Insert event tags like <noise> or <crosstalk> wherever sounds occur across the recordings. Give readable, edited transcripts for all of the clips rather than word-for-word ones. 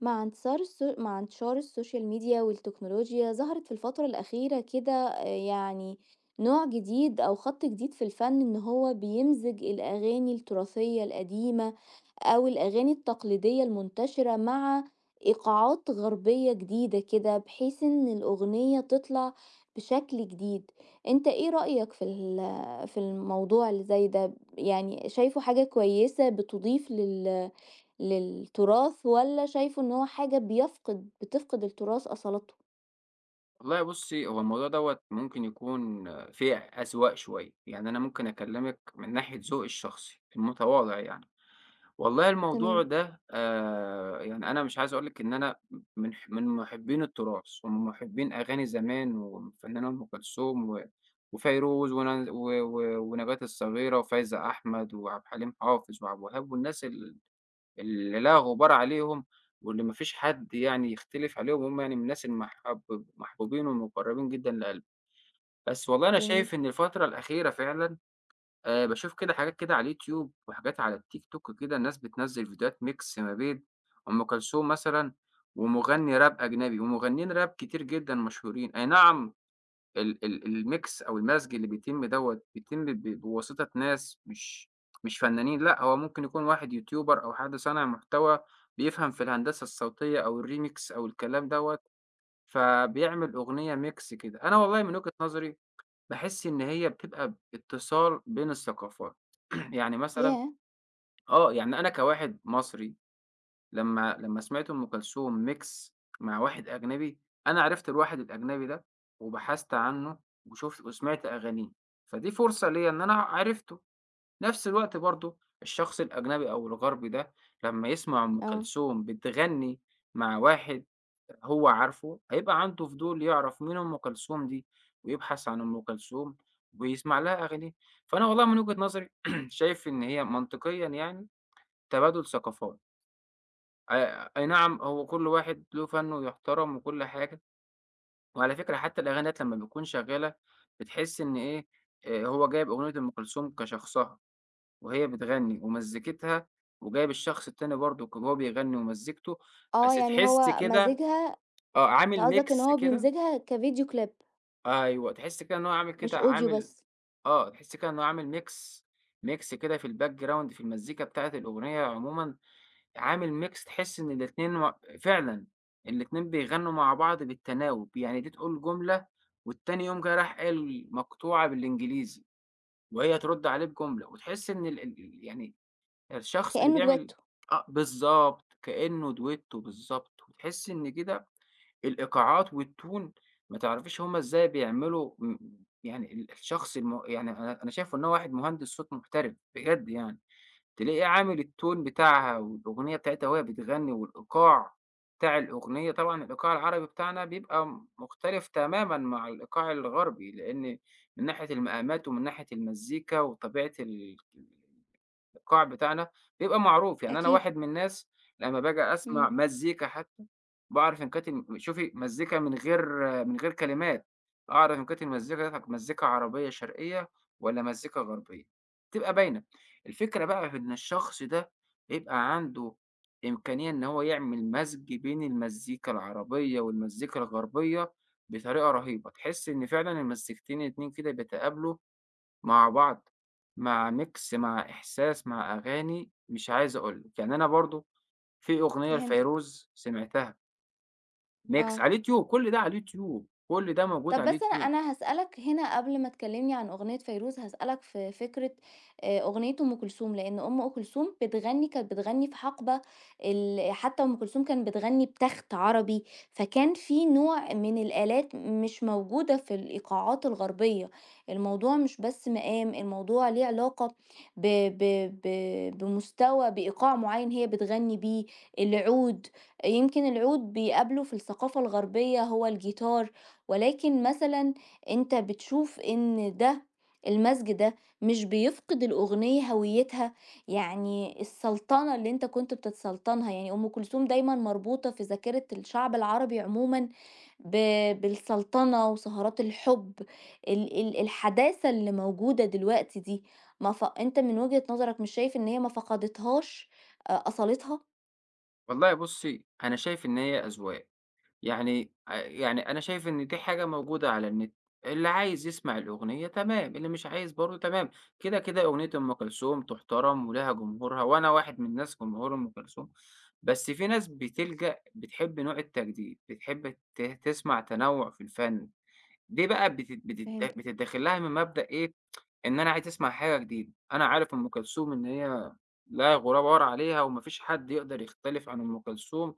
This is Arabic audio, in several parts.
مع انتشار السوشيال ميديا والتكنولوجيا ظهرت في الفترة الأخيرة كده نوع جديد أو خط جديد في الفن إن هو بيمزج الأغاني التراثية القديمة أو الأغاني التقليدية المنتشرة مع إيقاعات غربية جديدة كده بحيث إن الأغنية تطلع بشكل جديد. انت ايه رأيك في في الموضوع اللي زي ده؟ يعني شايفه حاجة كويسة بتضيف للتراث والّا شايفه إن هو حاجة بتفقد التراث أصالته؟ والله بُصّي، هو الموضوع دوّة ممكن يكون آه، فيه أذواق شوية، يعني أنا ممكن أكلّمِك من ناحية ذوقي الشخصي المتواضع يعني. والله الموضوع تمام، ده يعني أنا مش عايز أقول لِك إن أنا م من ح من مُحبّين التراث ومن مُحبّين أغاني زمان والفنانة أم كلثوم وفيروز ون و و ونبات الصغيرة وفايزة أحمد وعبد الحليم حافظ وعبد الوهاب والناس اللي لا غبار عليهم واللي ما فيش حد يعني يختلف عليهم هم يعني من الناس محبوبين والمقربين جدًا لقلبي. بس والله أنا جميل. شايف إن الفترة الأخيرة فعلًا باشوف كده حاجات كده على اليوتيوب وحاجات على التيك توك كده الناس بتنزّل فيديوهات mix ما بين أم كلثوم مثلًا ومغني راب أجنبي، ومغنيين راب كتير جدًا مشهورين، أي نعم. ال ال الميكس أو المزج اللي بيتم دوّة بيتم بواسطة ناس مش فنانين، لأ هو ممكن يكون واحد يوتيوبر أو حد صانع محتوى بيفهم في الهندسة الصوتية أو الremix أو الكلام دوّة، فبيعمل أغنية ميكس كده. أنا والله من وجهة نظري باحس إن هي بتبقى اتصال بين الثقافات. <clears throat> يعني مثلًا ياه! آه، يعني أنا كواحد مصري لمّا سمعت أم كلثوم mix مع واحد أجنبي، أنا عرفت الواحد الأجنبي ده وبحثت عنّه وشُفت وسمعت أغانيه، فدي فرصة ليّا إن أنا عرفته. نفس الوقت برضه الشخص الأجنبي أو الغربي ده لمّا يسمع أم آه. كلثوم بتغني مع واحد هو عارفه، هيبقى عنده فضول يعرف مين أم كلثوم دي ويبحث عن أم كلثوم ويسمع لها أغانيها. فأنا والله من وجهة نظري <clears throat> شايف إن هي منطقيًا يعني تبادل ثقافات. أي نعم، هو كل واحد له فَنّه ويُحترم وكل حاجة، وعلى فكرة حتى الأغاني ديّة لمّا بتكون شغّالة بتحس إن إيه، هو جايب أغنية أم كلثوم كشخصها، وهي بتغني ومزّيكتها، وجايب الشخص التاني برضه وهو بيغني ومزّيكته، آه، بس يعني تحس هو كده. مزِجها. آه، أنت عامل قصدك إن mix هو كده. بيمزجها كvideo clip، أيوه، تحس كده إن هو مش audio عامل بس، آه، تحس كده إن هو عامل mix mix كده في الbackground في المزّيكا بتاعة الأغنية عمومًا، عامل mix، تحس إن الاتنين مع فعلًا، الاتنين بيغنّوا مع بعض بالتناوب، يعني دي تقول جملة والتاني يقوم جاي رايح قايل مقطوعة بالإنجليزي وهي ترُد عليه بجملة، وتحس إن ال ال ال يعني الشخص اللي كإنه بيعمل دويتو. آه، بالضبط، كإنه دويتو بالضبط، وتحس إن كده الإيقاعات والtune ما تعرفيش هم إزاي بيعملوا يعني ال الشخص الم يعني أنا شايفه إن هو واحد مهندس صوت محترف بجد يعني. تلاقيه عامل التون بتاعها والأغنية بتاعتها وهي بتغني والإيقاع بتاع الأغنية، طبعًا الإيقاع العربي بتاعنا بيبقى مختلف تمامًا مع الإيقاع الغربي، لإن من ناحية المقامات ومن ناحية المزيكا وطبيعة القاع بتاعنا بيبقى معروف. يعني أنا أكيد، واحد من الناس لمّا باجي إمم، أسمع مزيكا حتى باعرف إن كانت شوفي مزيكا من غير من غير كلمات، أعرف إن كانت المزيكا ديّة مزيكا عربية شرقية والّا مزيكا غربية، بتبقى باينة. الفكرة بقى في إن الشخص ده بيبقى عنده إمكانية إن هو يعمل مزج بين المزيكا العربية والمزيكا الغربية بطريقة رهيبة، تحس إن فعلًا المزيكتين الاتنين كده بيتقابلوا مع بعض، مع ميكس، مع إحساس، مع أغاني مش عايز أقول لك. يعني أنا برضه في أغنية فهمتك، لفيروز سمعتها ميكس آه. على اليوتيوب، كل ده على اليوتيوب، كل ده موجود طب على بس أنا اليوتيوب. أنا هاسألك هنا قبل ما تكلمني عن أغنية فيروز، هاسألك في فكرة أغنية أم كلثوم، لإن أم كلثوم كانت بتغني في حقبة حتى أم كلثوم كانت بتغني بتخت عربي، فكان في نوع من الآلات مش موجودة في الإيقاعات الغربية. الموضوع مش بس مقام، الموضوع ليه علاقة ب ب ب بمستوى بإيقاع معين هي بتغني بيه. العود، يمكن العود بيقابله في الثقافة الغربية هو الجيتار، ولكن مثلًا أنت بتشوف إن المزج ده مش بيفقد الأغنية هويتها؟ يعني السلطنة اللي أنت كنت بتتسلطنها، يعني أم كلثوم دايمًا مربوطة في ذاكرة الشعب العربي عمومًا ب بالسلطنة وسهرات الحب، ال ال الحداثة اللي موجودة دلوقتي دي، ما ف أنت من وجهة نظرك مش شايف إن هي ما فقدتهاش أصالتها؟ والله بُصّي أنا شايف إن هي أذواق. يعني يعني أنا شايف إن دي حاجة موجودة على النت، اللي عايز يسمع الأغنية تمام، اللي مش عايز برضه تمام، كده، كده أغنية أم كلثوم تُحترم ولها جمهورها، وأنا واحد من ناس جمهور أم كلثوم. بس في ناس بتلجأ بتحب نوع التجديد، بتحب تسمع تنوع في الفن. دي بقى فهمتِك. بتتداخل لها من مبدأ إيه، إن أنا عايز أسمع حاجة جديدة، أنا عارف أم كلثوم إن هي لا غُبار عليها وما فيش حد يقدر يختلف عن أم كلثوم،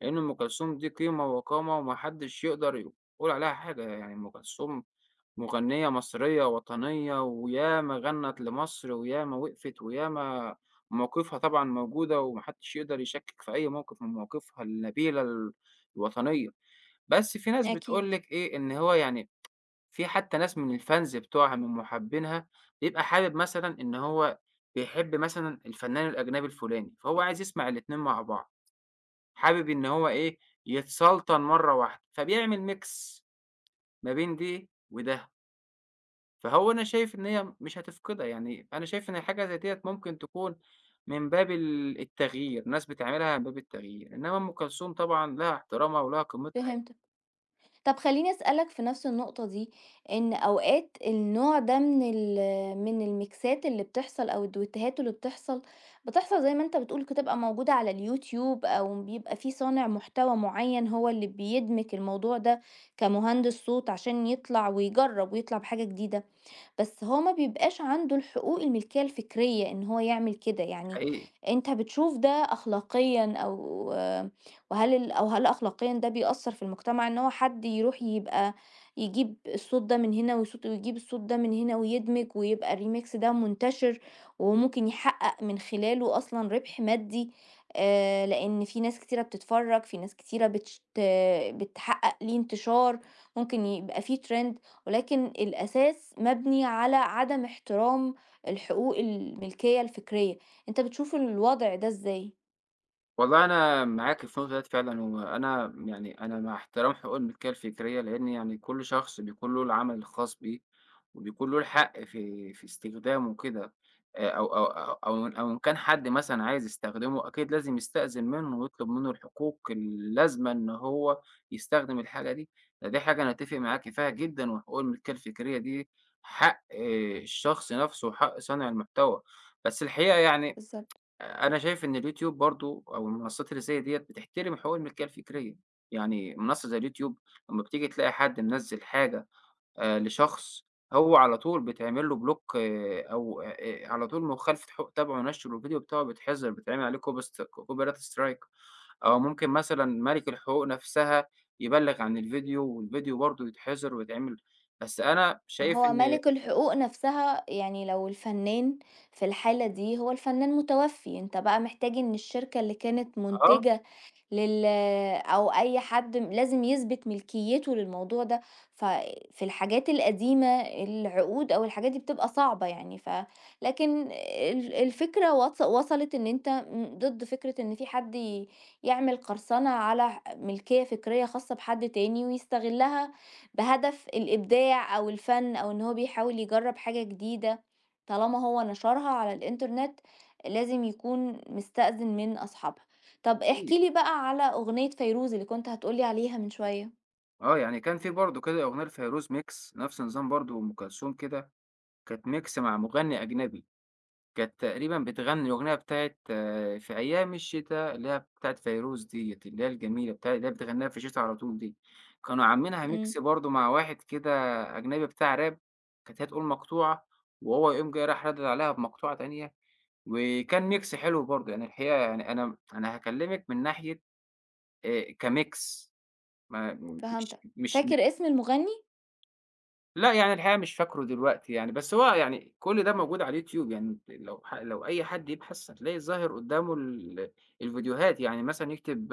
لإن أم كلثوم دي قيمة وقامة وما حدش يقدر يقول عليها حاجة. يعني أم كلثوم مغنية مصرية وطنية وياما غنّت لمصر وياما وقفت وياما مواقفها طبعًا موجودة وما حدش يقدر يشكِّك في أي موقف من مواقفها النبيلة الوطنية، بس في ناس أكيد، بتقول لِك إيه، إن هو يعني في حتى ناس من الfans بتوعها من محبينها، بيبقى حابب مثلًا إن هو بيحب مثلًا الفنان الأجنبي الفلاني، فهو عايز يسمع الاتنين مع بعض، حابب إن هو إيه، يتسلطن مرّة واحدة، فبيعمل mix ما بين دي وده. فهو أنا شايف إن هي مش هتفقدها، يعني أنا شايف إن حاجة زي ديّة ممكن تكون من باب التغيير، ناس بتعملها من باب التغيير، إنما أم كلثوم طبعًا لها احترامها ولها قيمتها يعني. فهمت. طب خلّيني أسألك في نفس النقطة دي، إن أوقات النوع ده من من الميكسات اللي بتحصل أو الدويتوهات اللي بتحصل، بتحصل زي ما أنت بتقول بتبقى موجودة على اليوتيوب أو بيبقى في صانع محتوى معيّن هو اللي بيدمج الموضوع ده كمهندس صوت عشان يطلع ويجرّب ويطلع بحاجة جديدة. بس هو ما بيبقاش عنده الحقوق الملكية الفكرية إن هو يعمل كده يعني حقيقي. أنت بتشوف ده أخلاقيًا أو آه، وهل ال أو هل أخلاقيًا ده بيأثّر في المجتمع إن هو حد يروح يبقى يجيب الصوت ده من هنا ويصوت ويجيب الصوت ده من هنا ويدمج ويبقى الريميكس ده منتشر وممكن يحقق من خلاله أصلًا ربح مادي لإن في ناس كتيرة بتتفرّج، في ناس كتيرة بتش ت بتحقق ليه انتشار، ممكن يبقى في trend ولكن الأساس مبني على عدم احترام الحقوق الملكية الفكرية. أنت بتشوف الوضع ده إزاي؟ والله أنا معاك في النقطة ديّة فعلًا، وأنا يعني أنا مع احترام حقوق الملكية الفكرية، لإن يعني كل شخص بيكون له العمل الخاص بيه، وبيكون له الحق في استخدامه وكده، أو إن كان حد مثلًا عايز يستخدمه أكيد لازم يستأذن منه ويطلب منه الحقوق اللازمة إن هو يستخدم الحاجة دي. فدي حاجة أنا أتفق معاكِ فيها جدًا، وحقوق الملكية الفكرية دي حق آه، الشخص نفسه وحق صانع المحتوى. بس الحقيقة يعني بالظبط. أنا شايف إن اليوتيوب برضه أو المنصات اللي زي ديّة بتحترم حقوق الملكية الفكرية. يعني منصة زي اليوتيوب لمّا بتيجي تلاقي حد منزّل حاجة لشخص، هو على طول بيتعمل له بلوك آه، أو على طول مخالفة حقوق طبع ونشر، والفيديو بتاعه بيتحظر بيتعمل عليه كوبست copyright strike أو ممكن مثلًا مالك الحقوق نفسها يبلّغ عن الفيديو، والفيديو برضه يتحظر ويتعمل. بس أنا شايف هو إن مالك الحقوق نفسها يعني لو الفنان في الحالة دي هو الفنان متوفي انت بقى محتاج ان الشركة اللي كانت آه، منتجة لل أو أي حد لازم يثبت ملكيته للموضوع ده، ففي الحاجات القديمة العقود أو الحاجات دي بتبقى صعبة يعني ف لكن الفكرة وصلت إن أنت ضد فكرة إن في حد يعمل قرصنة على ملكية فكرية خاصة بحد تاني ويستغلها بهدف الإبداع أو الفن أو إن هو بيحاول يجرّب حاجة جديدة، طالما هو نشرها على الإنترنت لازم يكون مستأذن من أصحابها. طب احكِ أكيد، لي بقى على أغنية فيروز اللي كنت هتقول لي عليها من شوية. آه، يعني كان في برضه كده أغنية لفيروز Mix نفس النظام برضه وأم كلثوم كده كانت mix مع مغني أجنبي، كانت تقريبًا بتغني الأغنية بتاعة في أيام الشتا، اللي هي بتاعة فيروز ديّة، اللي هي الجميلة بتاع اللي هي بتغنيها في الشتا على طول دي، كانوا عاملينها إمم، mix برضه مع واحد كده أجنبي بتاع راب، كانت هي تقول مقطوعة وهو يقوم جاي رايح ردد عليها بمقطوعة تانية، وكان mix حلو برضه. يعني الحقيقة يعني أنا هاكلمِك من ناحية كmix ما مش فهمتك. مش فاكر اسم المغني؟ لأ، يعني الحقيقة مش فاكره دلوقتي يعني، بس هو يعني كل ده موجود على اليوتيوب. يعني لو لو أي حد يبحث هتلاقي ظاهر قدّامه الفيديوهات، يعني مثلًا يكتب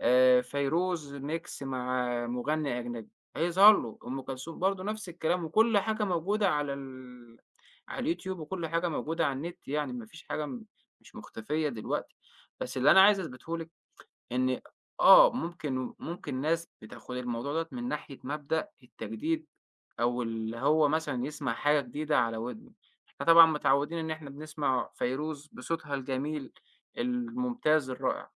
فيروز mix مع مغني أجنبي، هيظهر له، أم كلثوم برضه نفس الكلام، وكل حاجة موجودة على على اليوتيوب، وكل حاجة موجودة على النت يعني، ما فيش حاجة مش مختفية دلوقتي. بس اللي أنا عايز أثبته لِك إن آه، ممكن ناس بتاخد الموضوع دوّة من ناحية مبدأ التجديد، أو اللي هو مثلًا يسمع حاجة جديدة على ودنه. إحنا طبعًا متعودين إن إحنا بنسمع فيروز بصوتها الجميل، الممتاز، الرائع،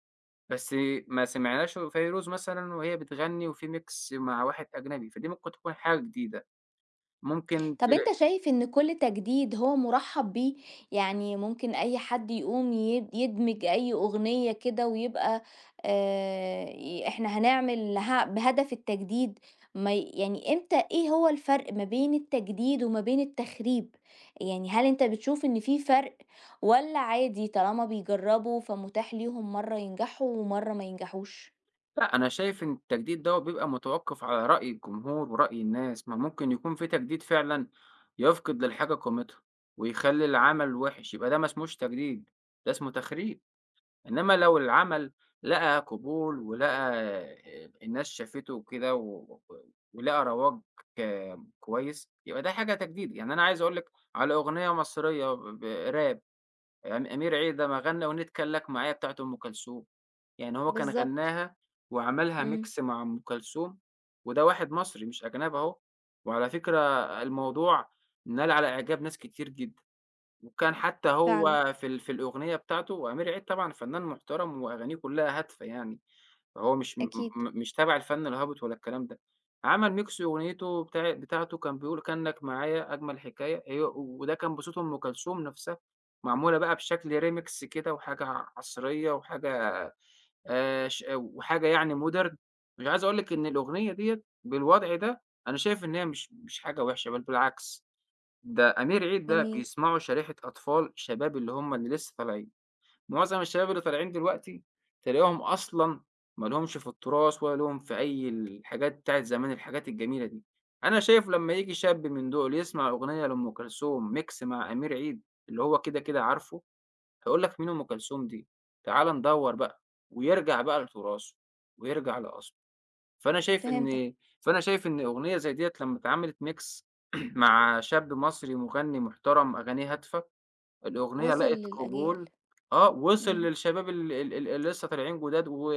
بس ما سمعناش فيروز مثلًا وهي بتغني وفي mix مع واحد أجنبي، فدي ممكن تكون حاجة جديدة، ممكن. طب أنت شايف إن كل تجديد هو مُرحّب بيه؟ يعني ممكن أي حد يقوم يدمج أي أغنية كده ويبقى ي إحنا هنعمل ه بهدف التجديد، ما ي يعني إمتى إيه هو الفرق ما بين التجديد وما بين التخريب؟ يعني هل أنت بتشوف إن في فرق والّا عادي طالما بيجرّبوا فمتاح ليهم مرّة ينجحوا ومرّة ما ينجحوش؟ لأ، أنا شايف إن التجديد دوّة بيبقى متوقّف على رأي الجمهور ورأي الناس. ما ممكن يكون في تجديد فعلًا يفقد للحاجة قيمتها، ويخلّي العمل وِحِش، يبقى ده ما اسموش تجديد، ده اسمه تخريب. إنّما لو العمل لقى قبول ولقى الناس شافته وكده و- ولقى رواج ك كويس، يبقى ده حاجة تجديد. يعني أنا عايز أقول لِك على أغنية مصرية ب راب أمير عيد لمّا غنّى أغنية كان لك معايا بتاعة أم كلثوم، يعني هو كان بالضبط. غنّاها وعملها إمم، mix مع أم كلثوم، وده واحد مصري مش أجنبي أهو. وعلى فكرة الموضوع نال على إعجاب ناس كتير جدًا، وكان حتى فعلًا، هو في في الأغنية بتاعته. وأمير عيد طبعًا فنان محترم وأغانيه كلّها هادفة يعني. هو مش م أكيد، م مش تابع الفن الهابط ولا الكلام ده، عمل mix أغنيته بتاعته كان بيقول كأنك معايا أجمل حكاية هي وده كان بصوت أم كلثوم نفسها، معمولة بقى بشكل remix كده وحاجة عصرية وحاجة ش وحاجة يعني modern. مش عايز أقول لِك إن الأغنية ديّة بالوضع ده أنا شايف إن هي مش حاجة وحشة بل بالعكس. ده أمير عيد ده جميل، بيسمعه شريحة أطفال شباب اللي هم اللي لسه طالعين. معظم الشباب اللي طالعين دلوقتي تلاقيهم أصلًا ما لهمش في التراث ولا لهم في أي الحاجات بتاعة زمان، الحاجات الجميلة دي. أنا شايف لمّا ييجي شاب من دول يسمع أغنية لأم كلثوم ميكس مع أمير عيد اللي هو كده، كده عارفه، هيقول لك: "مين أم كلثوم دي؟ تعالَ ندوّر بقى." ويرجع بقى لتراثه ويرجع لأصله. فأنا شايف فهمتك، إن فأنا شايف إن أغنية زي ديّة لمّا اتعملت ميكس <clears throat> مع شاب مصري مغني محترم أغانيه هادفة، الأغنية وصل لقت للأجيال. قبول. آه، وصل إمم. للشباب ال ال ال اللي لسه طالعين جداد و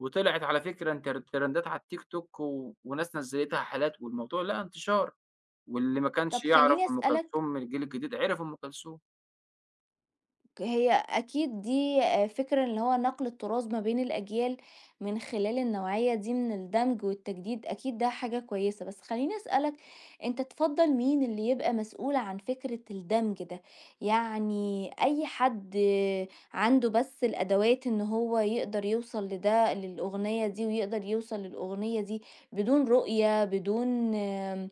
وطلعت على فكرة ترندات على التيك توك و وناس نزّلتها حالات والموضوع لقى انتشار، واللي ما كانش طب يعرف خلّيني أم أسألك، كلثوم من الجيل الجديد عرف أم كلثوم. هي أكيد دي فكرة اللي هو نقل التراث ما بين الأجيال من خلال النوعية دي من الدمج والتجديد، أكيد ده حاجة كويسة، بس خلّيني أسألك أنت تفضّل مين اللي يبقى مسؤول عن فكرة الدمج ده؟ يعني أي حد آه، عنده بس الأدوات إن هو يقدر يوصل لده للأغنية دي ويقدر يوصل للأغنية دي بدون رؤية، بدون آمم،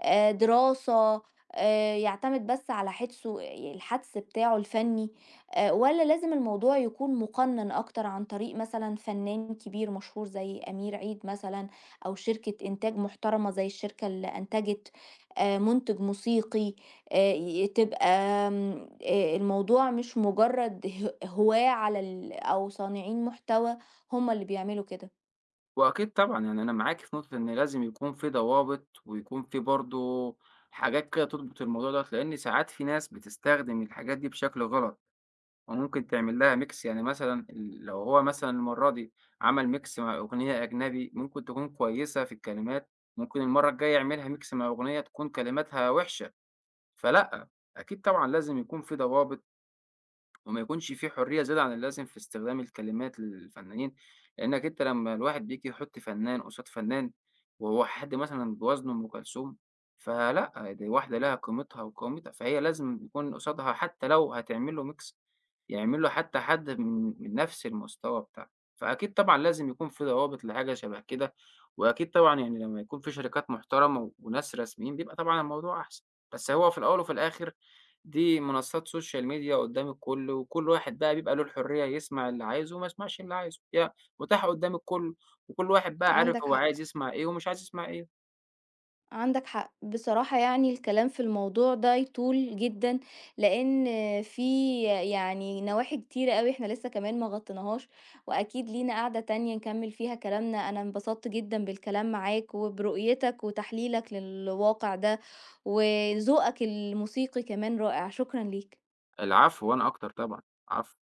دراسة، يعتمد بس على حِدسُه آه، الحَدْس بتاعه الفني، والّا لازم الموضوع يكون مُقنّن أكتر عن طريق مثلًا فنان كبير مشهور زي أمير عيد مثلًا أو شركة إنتاج محترمة زي الشركة اللي أنتجت مُنتِج موسيقي، ي تبقى آمم الموضوع مش مُجرّد هواة على ال أو صانعين محتوى هم اللي بيعملوا كده؟ وأكيد طبعًا يعني أنا معاكِ في نقطة إن لازم يكون في ضوابط ويكون في برضه حاجات كده تضبط الموضوع دوّة، لإن ساعات في ناس بتستخدم الحاجات دي بشكل غلط. وممكن تعمل لها mix، يعني مثلًا لو هو مثلًا المرّة دي عمل mix مع أغنية أجنبي ممكن تكون كويسة في الكلمات، ممكن المرّة الجاية يعملها mix مع أغنية تكون كلماتها وِحشة، فلأ، أكيد طبعًا لازم يكون في ضوابط وما يكونش في حرية زيادة عن اللازم في استخدام الكلمات للفنانين، لإنّك أنت لمّا الواحد بييجي يحُط فنان قصاد فنان، وهو حد مثلًا بوزن أم كلثوم، فلأ، دي واحدة ليها قيمتها وقومتها، فهي لازم يكون قصادها حتى لو هتعمل له mix يعمل له حتى حد من نفس المستوى بتاعها. فأكيد طبعًا لازم يكون في ضوابط لحاجة شبه كده، وأكيد طبعًا يعني لمّا يكون في شركات محترمة وناس رسميين بيبقى طبعًا الموضوع أحسن. بس هو في الأول وفي الآخر دي منصات سوشيال ميديا قدّام الكل، وكل واحد بقى بيبقى له الحرية يسمع اللي عايزه وما يسمعش اللي عايزه، هي متاحة قدّام الكل، وكل واحد بقى عارف عندك هو حق. عايز يسمع إيه ومش عايز يسمع إيه. عندك حق بصراحة، يعني الكلام في الموضوع ده يطول جدا لأن في يعني نواحي كتيرة قوي احنا لسه كمان ما غطيناهاش، وأكيد لينا قعدة تانية نكمل فيها كلامنا. أنا انبسطت جدا بالكلام معاك وبرؤيتك وتحليلك للواقع ده وذوقك الموسيقي كمان رائع. شكرا ليك. العفو وأنا أكتر طبعًا، عفو.